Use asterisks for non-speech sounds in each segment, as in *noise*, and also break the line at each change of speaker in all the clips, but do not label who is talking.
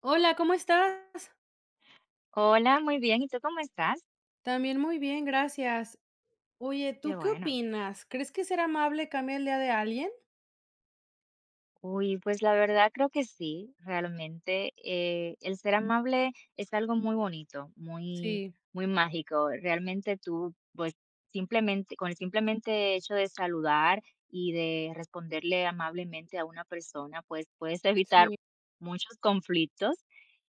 Hola, ¿cómo estás?
Hola, muy bien. ¿Y tú cómo estás?
También muy bien, gracias. Oye,
Qué
¿tú qué
bueno.
opinas? ¿Crees que ser amable cambia el día de alguien?
Uy, pues la verdad creo que sí, realmente. El ser amable es algo muy bonito, muy,
Sí,
muy mágico. Realmente tú, pues simplemente, con el simplemente hecho de saludar y de responderle amablemente a una persona, pues puedes *laughs* evitar
sí,
muchos conflictos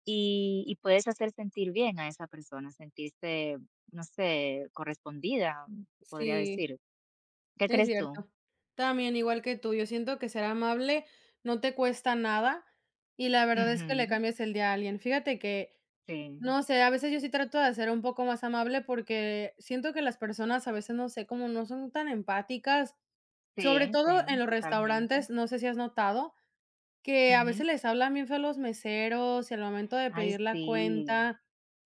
y puedes hacer sentir bien a esa persona, sentirse, no sé, correspondida, podría
sí,
decir. ¿Qué
es
crees tú?
cierto. También igual que tú, yo siento que ser amable no te cuesta nada y la verdad es que le
Ujú.
cambias el día a alguien. Fíjate que,
Sí,
no sé, a veces yo sí trato de ser un poco más amable porque siento que las personas a veces, no sé, como no son tan empáticas, sobre
sí,
todo
sí,
en los
totalmente.
restaurantes, no sé si has notado. Que a veces
Ujú.
les hablan bien feo los meseros y al momento de
Ay,
pedir la
sí.
cuenta,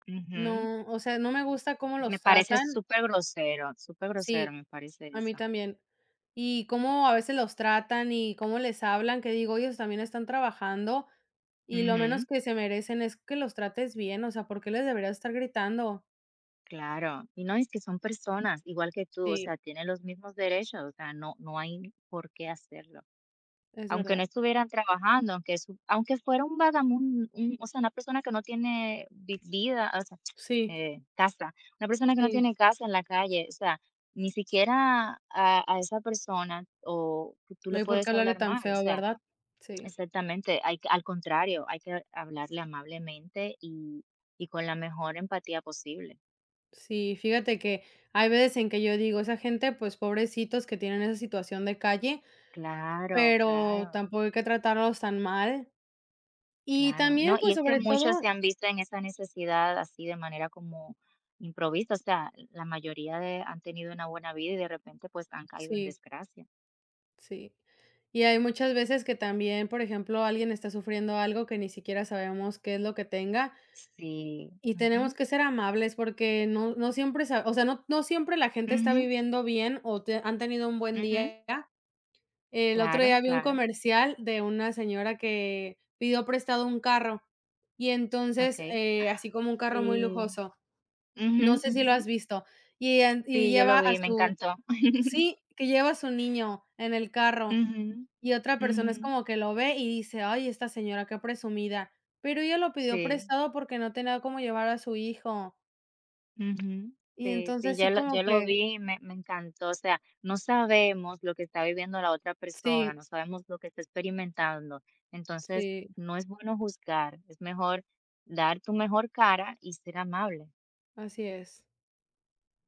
Ujú.
no, o sea, no me gusta cómo
Me
los
parece
tratan.
súper grosero
Sí,
me parece
a mí
eso.
también. Y cómo a veces los tratan y cómo les hablan, que digo, ellos también están trabajando y lo menos
Ujú,
que se merecen es que los trates bien, o sea, ¿por qué les deberías estar gritando?
claro. Y no, es que son personas igual que tú, o
Sí,
sea, tienen los mismos derechos, o sea, no hay por qué hacerlo.
es
Aunque
verdad.
no estuvieran trabajando, aunque fuera un vagamun un o sea, una persona que no tiene vi vida, o sea,
Sí,
casa, una persona que no
sí,
tiene casa en la calle, o sea, ni siquiera a esa persona o que tú
no
le
hay por qué
puedes
hablarle
hablar
tan
mal, o
feo,
sea,
¿verdad? Sí,
exactamente, hay que al contrario, hay que hablarle amablemente y con la mejor empatía posible.
sí, fíjate que hay veces en que yo digo, esa gente, pues pobrecitos que tienen esa situación de calle.
Claro,
Pero
claro.
tampoco hay que tratarlos tan mal. Y
Claro, no,
también,
y
pues,
es que
sobre
muchos se
todo
han visto en esa necesidad así de manera como improvisa, o sea, la mayoría de, han tenido una buena vida y de repente pues han caído en
sí,
desgracia.
sí. Y hay muchas veces que también, por ejemplo, alguien está sufriendo algo que ni siquiera sabemos qué es lo que tenga,
Sí,
y tenemos
ujú,
que ser amables porque no siempre sa o sea, no siempre la gente está
ujú,
viviendo bien o te han tenido un buen
ujú,
día. El otro
claro,
día vi un
claro,
comercial de una señora que pidió prestado un carro, y
ok.
entonces, así como un carro muy
Sí,
lujoso.
ujú,
No sé si lo
ujú,
has visto. Y en y
sí, yo
lleva
lo
a
vi, me
su
encantó. *laughs*
sí, que lleva a su niño en el carro,
Ujú,
y otra persona
ujú,
es como que lo ve y dice: "Ay, esta señora qué presumida", pero ella lo pidió
sí.
prestado porque no tenía cómo llevar a su hijo.
Ujú.
Y
Sí, sí,
entonces
yo
sí
lo
como
yo lo
que
vi y me encantó, o sea, no sabemos lo que está viviendo la otra persona,
sí,
no sabemos lo que está experimentando. Entonces,
sí,
no es bueno juzgar, es mejor dar tu mejor cara y ser amable,
así es.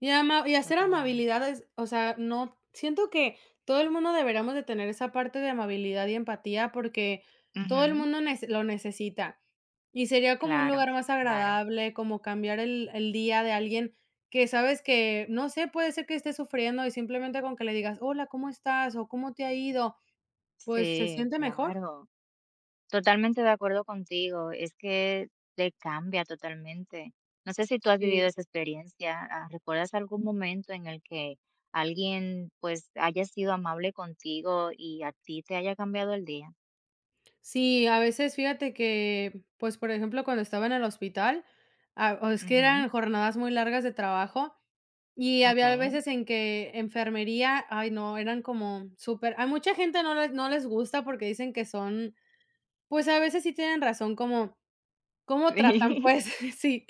Y ama y hacer
totalmente.
amabilidades, o sea, no siento que todo el mundo deberíamos de tener esa parte de amabilidad y empatía porque todo el
Ujú.
mundo nece lo necesita. Y sería como un
Claro,
lugar más
claro.
agradable, como cambiar el día de alguien que sabes que, no sé, puede ser que esté sufriendo y simplemente con que le digas: "Hola, ¿cómo estás?", o "¿Cómo te ha ido?", pues se
Sí,
siente mejor.
claro. Totalmente de acuerdo contigo, es que te cambia totalmente. No sé si tú has vivido
Sí.
esa experiencia, ¿recuerdas algún momento en el que alguien, pues, haya sido amable contigo y a ti te haya cambiado el día?
Sí, a veces fíjate que, pues, por ejemplo, cuando estaba en el hospital, ah, o es que
Ujú,
eran jornadas muy largas de trabajo y había
okey.
veces en que enfermería, ay no, eran como súper a mucha gente no les gusta porque dicen que son, pues, a veces sí tienen razón, como ¿Cómo tratan?
*laughs*
Pues, *laughs* sí,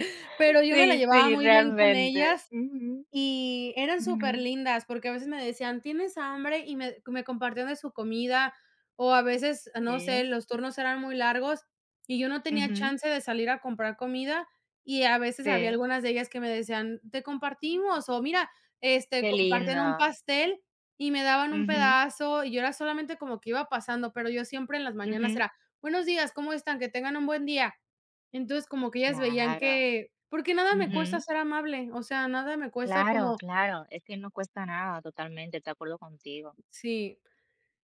Sí,
pero yo me la
sí,
llevaba
sí,
muy bien con
realmente.
ellas
Ujú,
y eran súper
ujú,
lindas porque a veces me decían: "¿Tienes hambre?", y me compartían de su comida, o a veces, no sé,
sí,
los turnos eran muy largos y yo no tenía
ujú,
chance de salir a comprar comida, y a veces había
sí,
algunas de ellas que me decían: "Te compartimos", o mira, este,
qué
comparten
lindo.
un pastel y me daban un
Ujú,
pedazo, y yo era solamente como que iba pasando, pero yo siempre en las mañanas
ujú,
era: "Buenos días, ¿cómo están? Que tengan un buen día". Entonces, como que ellas veían
claro,
que porque nada me cuesta
ujú.
ser amable, o sea, nada me cuesta
Claro,
como
claro, es que no cuesta nada, totalmente, de acuerdo contigo.
sí,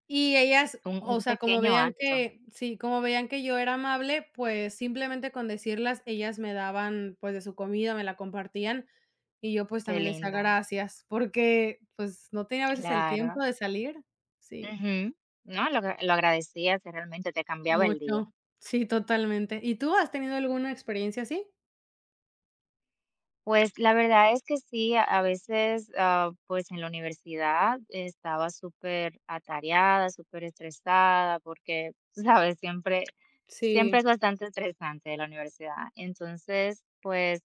y ellas,
Un
o sea, como
pequeño
veían
acto,
que sí, como veían que yo era amable, pues, simplemente con decirlas, ellas me daban, pues, de su comida, me la compartían, y yo, pues,
qué
también decía
lindo,
gracias, porque, pues, no tenía a veces el tiempo
claro.
de salir. Sí,
Ujú. No, lo agradecías, que realmente te cambiaba el día.
mucho. Sí, totalmente. ¿Y tú has tenido alguna experiencia así?
Pues la verdad es que sí, a veces, pues en la universidad estaba súper atareada, súper estresada, porque, tú sabes, siempre, siempre
Sí.
es bastante estresante la universidad. Entonces, pues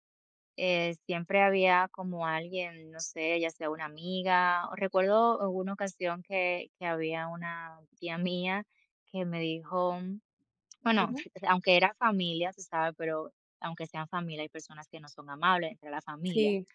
siempre había como alguien, no sé, ya sea una amiga, o recuerdo en una ocasión que había una tía mía que me dijo, bueno,
Ajá.
*laughs* aunque era familia, se sabe, pero aunque sean familia, hay personas que no son amables entre la familia.
Sí,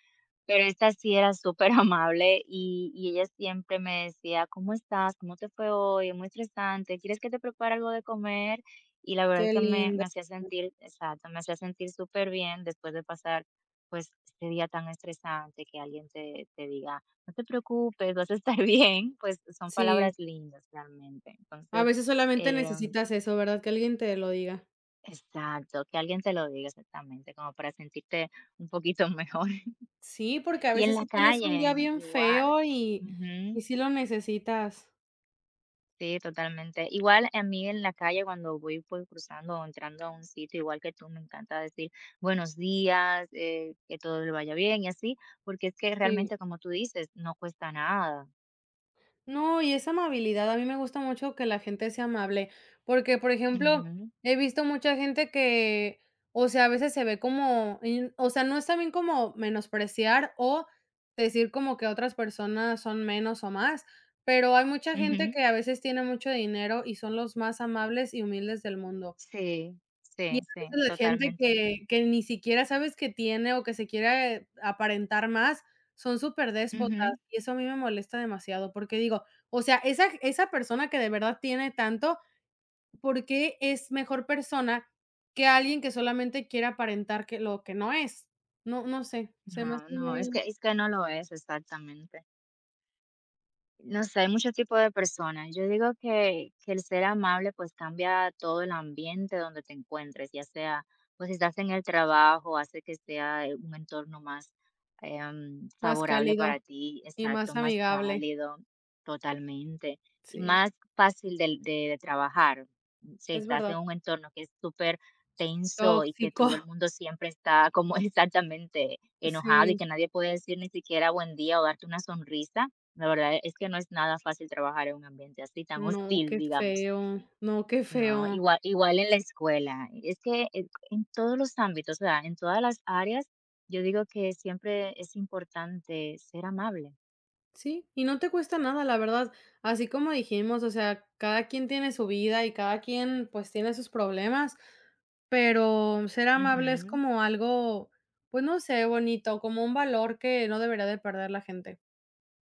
Pero esta sí era súper *laughs* amable y ella siempre me decía: "¿Cómo estás? ¿Cómo te fue hoy? Es muy estresante, ¿quieres que te prepare algo de comer?". Y la verdad es
qué
que me
linda.
me hacía sentir exacto, me hacía sentir súper bien después de pasar, pues, este día tan estresante, que alguien te diga: "No te preocupes, vas a estar *laughs* bien", pues, son
Sí.
palabras lindas realmente.
A
Entonces,
veces solamente
em
necesitas eso, ¿verdad? Que alguien te lo diga.
exacto, que alguien te lo diga exactamente, como para sentirte un poquito *laughs* mejor.
Sí, porque a
Y en
veces
la
sí tienes un día
calle,
bien
igual.
feo y
Ujú.
sí lo necesitas.
Sí, totalmente. Igual a mí en la calle cuando voy, pues, cruzando o entrando a un sitio, igual que tú, me encanta decir buenos días, que todo le vaya bien y así, porque es que
Sí.
realmente, como tú dices, no cuesta nada.
No, y esa amabilidad, a mí me gusta mucho que la gente sea amable, porque, por ejemplo,
Ujú,
he visto mucha gente que, o sea, a veces se ve como, in o sea, no es también como menospreciar o decir como que otras personas son menos o más, pero hay mucha gente
ujú.
que a veces tiene mucho dinero y son los más amables y humildes del mundo.
Sí,
Y a
sí, sí,
veces la gente
totalmente.
que ni siquiera sabes que tiene o que se quiere aparentar más, son superdéspotas,
Ujú.
y eso a mí me molesta demasiado, porque digo, o sea, esa persona que de verdad tiene tanto, ¿por qué es mejor persona que alguien que solamente quiere aparentar que lo que no es? No sé, se me hace
No, no, es
muy
que es que no lo es, exactamente. No sé, hay muchos tipos de personas. Yo digo que el ser amable pues cambia todo el ambiente donde te encuentres, ya sea pues si estás en el trabajo, hace que sea un entorno más
más
favorable para
cálido
ti,
y más
exacto, más
amigable.
cálido, totalmente, y
Sí,
más fácil de trabajar. Si
es
estás en
verdad.
un entorno que es súper tenso y que
Tóxico.
todo
*laughs*
el mundo siempre está como *laughs* exactamente enojado y
Sí.
que nadie puede decir ni siquiera buen día o darte una sonrisa, la verdad es que no es nada fácil trabajar en un ambiente así tan
No,
hostil,
qué
digamos.
feo. No, qué
No,
feo.
igual igual en la escuela. Es que en todos los ámbitos, o sea, en todas las áreas, yo digo que siempre es importante ser amable.
Sí, y no te cuesta nada, la verdad. Así como dijimos, o sea, cada quien tiene su vida y cada quien pues tiene sus problemas, pero ser amable es
Ujú.
como algo, pues no sé, bonito, como un valor que no debería de perder la gente.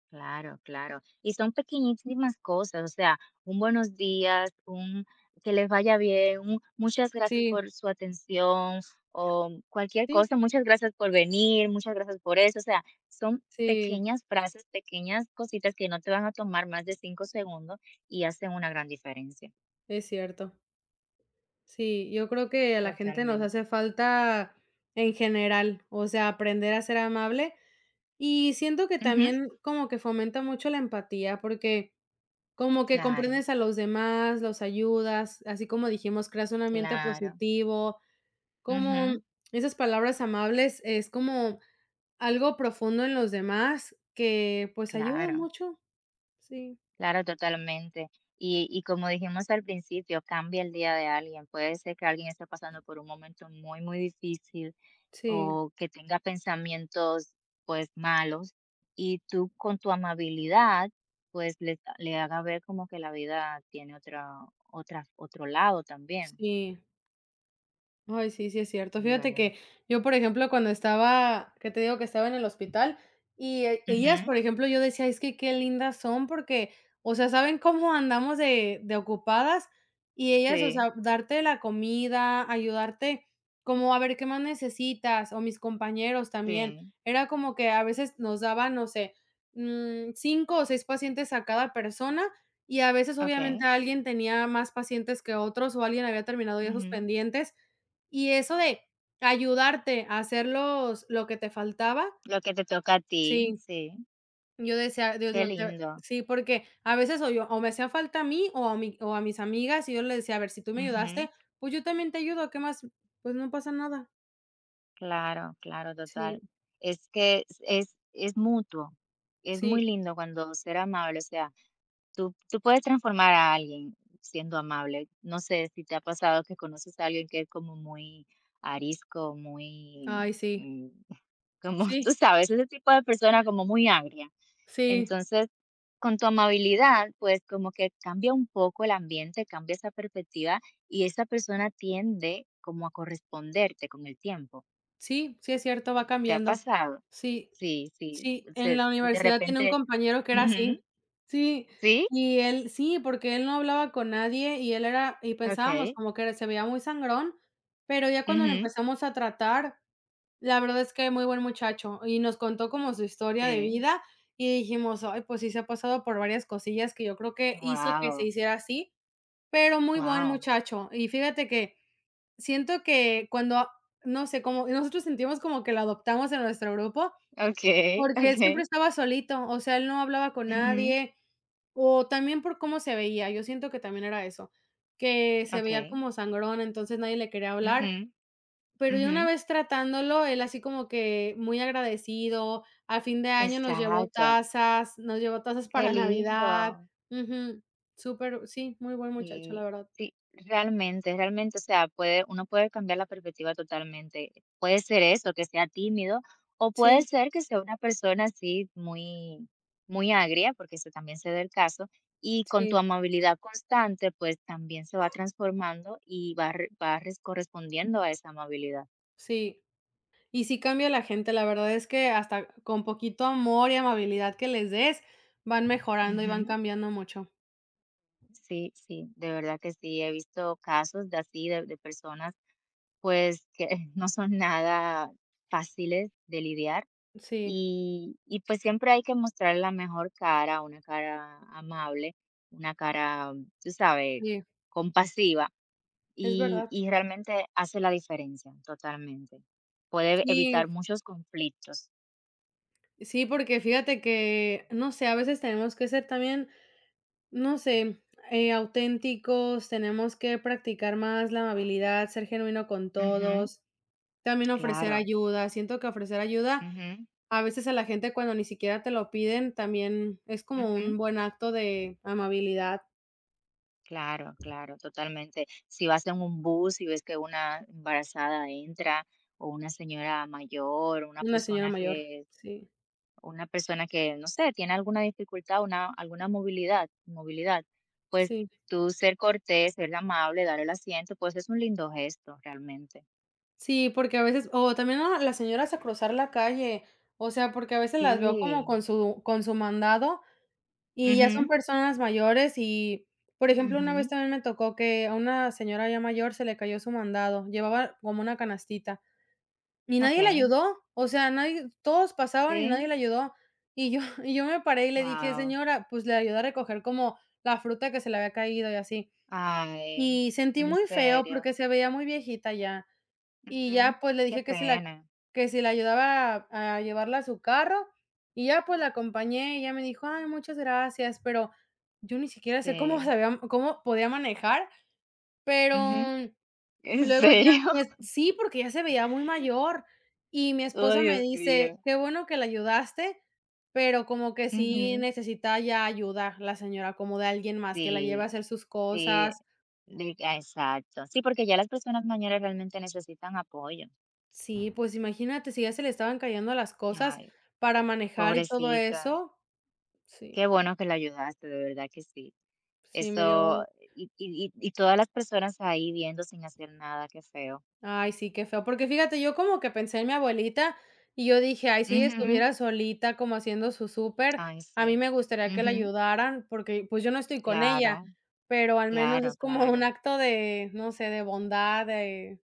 Claro, claro. Y son pequeñísimas cosas, o sea, un buenos días, un que les vaya bien, un muchas gracias
Sí.
por su atención o cualquier
Sí,
cosa, muchas gracias por venir, muchas gracias por eso, o sea, son
sí,
pequeñas frases, pequeñas cositas que no te van a tomar más de 5 segundos y hacen una gran diferencia.
es cierto. Sí, yo creo que a la gente nos
Totalmente.
hace falta en general, o sea, aprender a ser amable y siento que
Ujú,
también como que fomenta mucho la empatía porque como que
claro,
comprendes a los demás, los ayudas, así como dijimos, creas un ambiente
claro,
positivo, como
ujú,
esas palabras amables es como algo profundo en los demás que, pues, ayudan
claro.
mucho. Sí,
Claro, totalmente. Y como dijimos al principio, cambia el día de alguien. Puede ser que alguien esté pasando por un momento muy, muy difícil
sí,
o que tenga pensamientos pues malos y tú con tu amabilidad pues le haga ver como que la vida tiene otra, otra, otro lado también,
sí. Ay, sí, sí es cierto.
digo
Fíjate
yo.
que yo, por ejemplo, cuando estaba, que te digo que estaba en el hospital, y e- ellas,
Ujú,
por ejemplo, yo decía, es que qué lindas son, porque, o sea, saben cómo andamos de ocupadas, y ellas, o
sí,
sea, darte la comida, ayudarte, como a ver qué más necesitas, o mis compañeros también.
sí,
Era como que a veces nos daban, no sé, cinco o seis pacientes a cada persona. Y a veces obviamente
ok.
alguien tenía más pacientes que otros o alguien había terminado ya sus
Ujú.
pendientes y eso de ayudarte a hacer los lo que te faltaba,
Lo que te toca a ti,
sí,
sí.
yo decía: "Dios
Qué
mío, te"
lindo.
sí, porque a veces o yo o me hacía falta a mí o a mi o a mis amigas, y yo les decía: "A ver, si tú me ayudaste, pues yo también te ayudo, ¿qué más? Pues no pasa nada".
Claro, claro,
Sí,
total. Es que es mutuo. Es muy
sí,
lindo cuando ser amable, o sea, tú puedes transformar a alguien siendo amable. No sé si te ha pasado que conoces a alguien que es como muy arisco, muy,
ay, sí,
mm, *laughs* como tú
sí,
sabes, ese tipo de persona como muy agria.
sí,
Entonces, con tu amabilidad, pues como que cambia un poco el ambiente, cambia esa perspectiva y esa persona tiende como a corresponderte con el tiempo.
sí, sí es cierto, va
¿Te ha
cambiando.
pasado?
Sí.
Sí, sí,
Sí, en
se
la
de
universidad tenía un
repente,
compañero que era
ujú,
así. Sí,
sí,
y él sí, porque él no hablaba con nadie y él era y pensábamos
okey,
como que se veía muy sangrón, pero ya cuando lo
ujú,
empezamos a tratar, la verdad es que muy buen muchacho y nos contó como su historia de
sí,
vida y dijimos: "Ay, pues sí se ha pasado por varias cosillas que yo creo que hizo que se
wow,
hiciera así", pero muy buen
wow,
muchacho. Y fíjate que siento que cuando, no sé, como nosotros sentimos como que lo adoptamos en nuestro grupo,
okey,
porque él siempre estaba solito, o sea, él no hablaba con
ujú,
nadie, o también por cómo se veía, yo siento que también era eso, que se veía
okey,
como sangrón, entonces nadie le quería hablar,
ujú,
pero ya
ujú,
una vez tratándolo, él así como que muy agradecido, al fin de año
exacto,
nos llevó tazas
qué
para Navidad,
lindo.
ujú, súper, sí, muy buen muchacho, la
Y
verdad.
sí, realmente, realmente, o sea, uno puede cambiar la perspectiva totalmente. Puede ser eso, que sea tímido, o puede
Sí,
ser que sea una persona así muy, muy agria, porque eso también se da el caso, y con tu
sí,
amabilidad constante, pues también se va transformando y va correspondiendo a esa amabilidad.
sí. Y sí cambia la gente, la verdad es que hasta con poquito amor y amabilidad que les des, van mejorando y van
Ujú.
cambiando mucho.
Sí, sí, de verdad que sí, he visto casos de así, de personas, pues que *laughs* no son nada fáciles de lidiar.
Sí,
Y pues siempre hay que mostrar la mejor cara, una cara amable, una cara, tú sabes,
sí,
compasiva
es
y,
verdad.
y realmente hace la diferencia totalmente. Puede evitar
Sí,
muchos conflictos.
sí, porque fíjate que, no sé, a veces tenemos que ser también, no sé, auténticos, tenemos que practicar más la amabilidad, ser genuino con
Ujú,
todos, también ofrecer
claro,
ayuda. Siento que ofrecer ayuda
ujú,
a veces a la gente cuando ni siquiera te lo piden, también es como
ujú,
un buen acto de amabilidad.
claro, claro, totalmente. Si vas en un bus y ves que una embarazada entra o una señora mayor,
Una señora mayor, sí,
una persona que, no sé, tiene alguna dificultad, alguna movilidad, movilidad, pues
sí.
tú ser cortés, ser amable, dar el asiento, pues es un lindo gesto realmente.
Sí, porque a veces o también a las señoras a cruzar la calle, o sea, porque a veces las veo como
Sí.
con su mandado, y ya son
Mhm.
personas mayores y, por ejemplo, una vez
Mhm.
también me tocó que a una señora ya mayor se le cayó su mandado, llevaba como una canastita, y nadie le
Okay.
ayudó, o sea, nadie todos pasaban y nadie
Sí.
le ayudó, y yo *laughs* y yo me paré y le dije:
Wow.
"Señora", pues, le ayudé a recoger como la fruta que se le había caído y así.
Ay,
Y sentí
en
muy feo
serio.
porque se veía muy viejita ya. Y
Mhm.
ya, pues, le
Qué
dije
pena.
que si la ayudaba a llevarla a su carro, y ya, pues, la acompañé, y ella me dijo: "Ay, muchas gracias", pero yo ni siquiera sé cómo *laughs*
Sí.
sabía cómo podía manejar, pero
Mhm. En
luego ya,
serio.
pues
*laughs*
sí, porque ya se veía muy mayor. Y mi
Oh,
esposo me
Dios
dice:
mío.
"Qué bueno que la ayudaste, pero como que sí
Mhm.
necesita ya ayuda la señora, como de alguien más que la lleve a
Sí,
hacer sus
sí.
cosas".
Exacto. Sí, porque ya las personas mayores realmente necesitan apoyo.
Sí, pues imagínate, si ya se le estaban cayendo las cosas
Ay,
para manejar y todo
pobrecita.
eso. Sí,
Qué bueno que la ayudaste, de verdad que sí.
sí, me
Eso,
dio
y todas las personas ahí viendo sin hacer nada, qué feo.
ay, sí, qué feo. Porque fíjate, yo como que pensé en mi abuelita y yo dije: "Ay, si ella
Ujú,
estuviera solita como haciendo su súper,
ay,
a mí
sí.
me gustaría que la
Ujú,
ayudaran", porque, pues, yo no estoy con
claro,
ella, pero al menos
claro,
es como
claro.
un acto de, no sé, de bondad,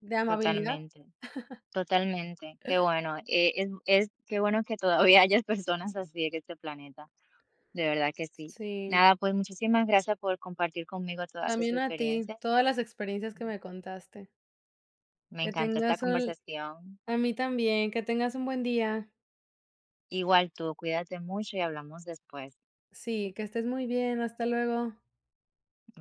de amabilidad.
Totalmente, totalmente. Qué bueno. Qué bueno que todavía *laughs* hayas personas así en este planeta. De verdad que sí.
Sí,
Nada, pues muchísimas gracias por compartir conmigo todas sus
también a ti,
experiencias.
todas las experiencias que me contaste.
Me
Que
encantó esta
tengas un
conversación.
A mí también, que tengas un buen día.
Igual tú, cuídate mucho y hablamos después.
Sí, que estés muy bien, hasta luego.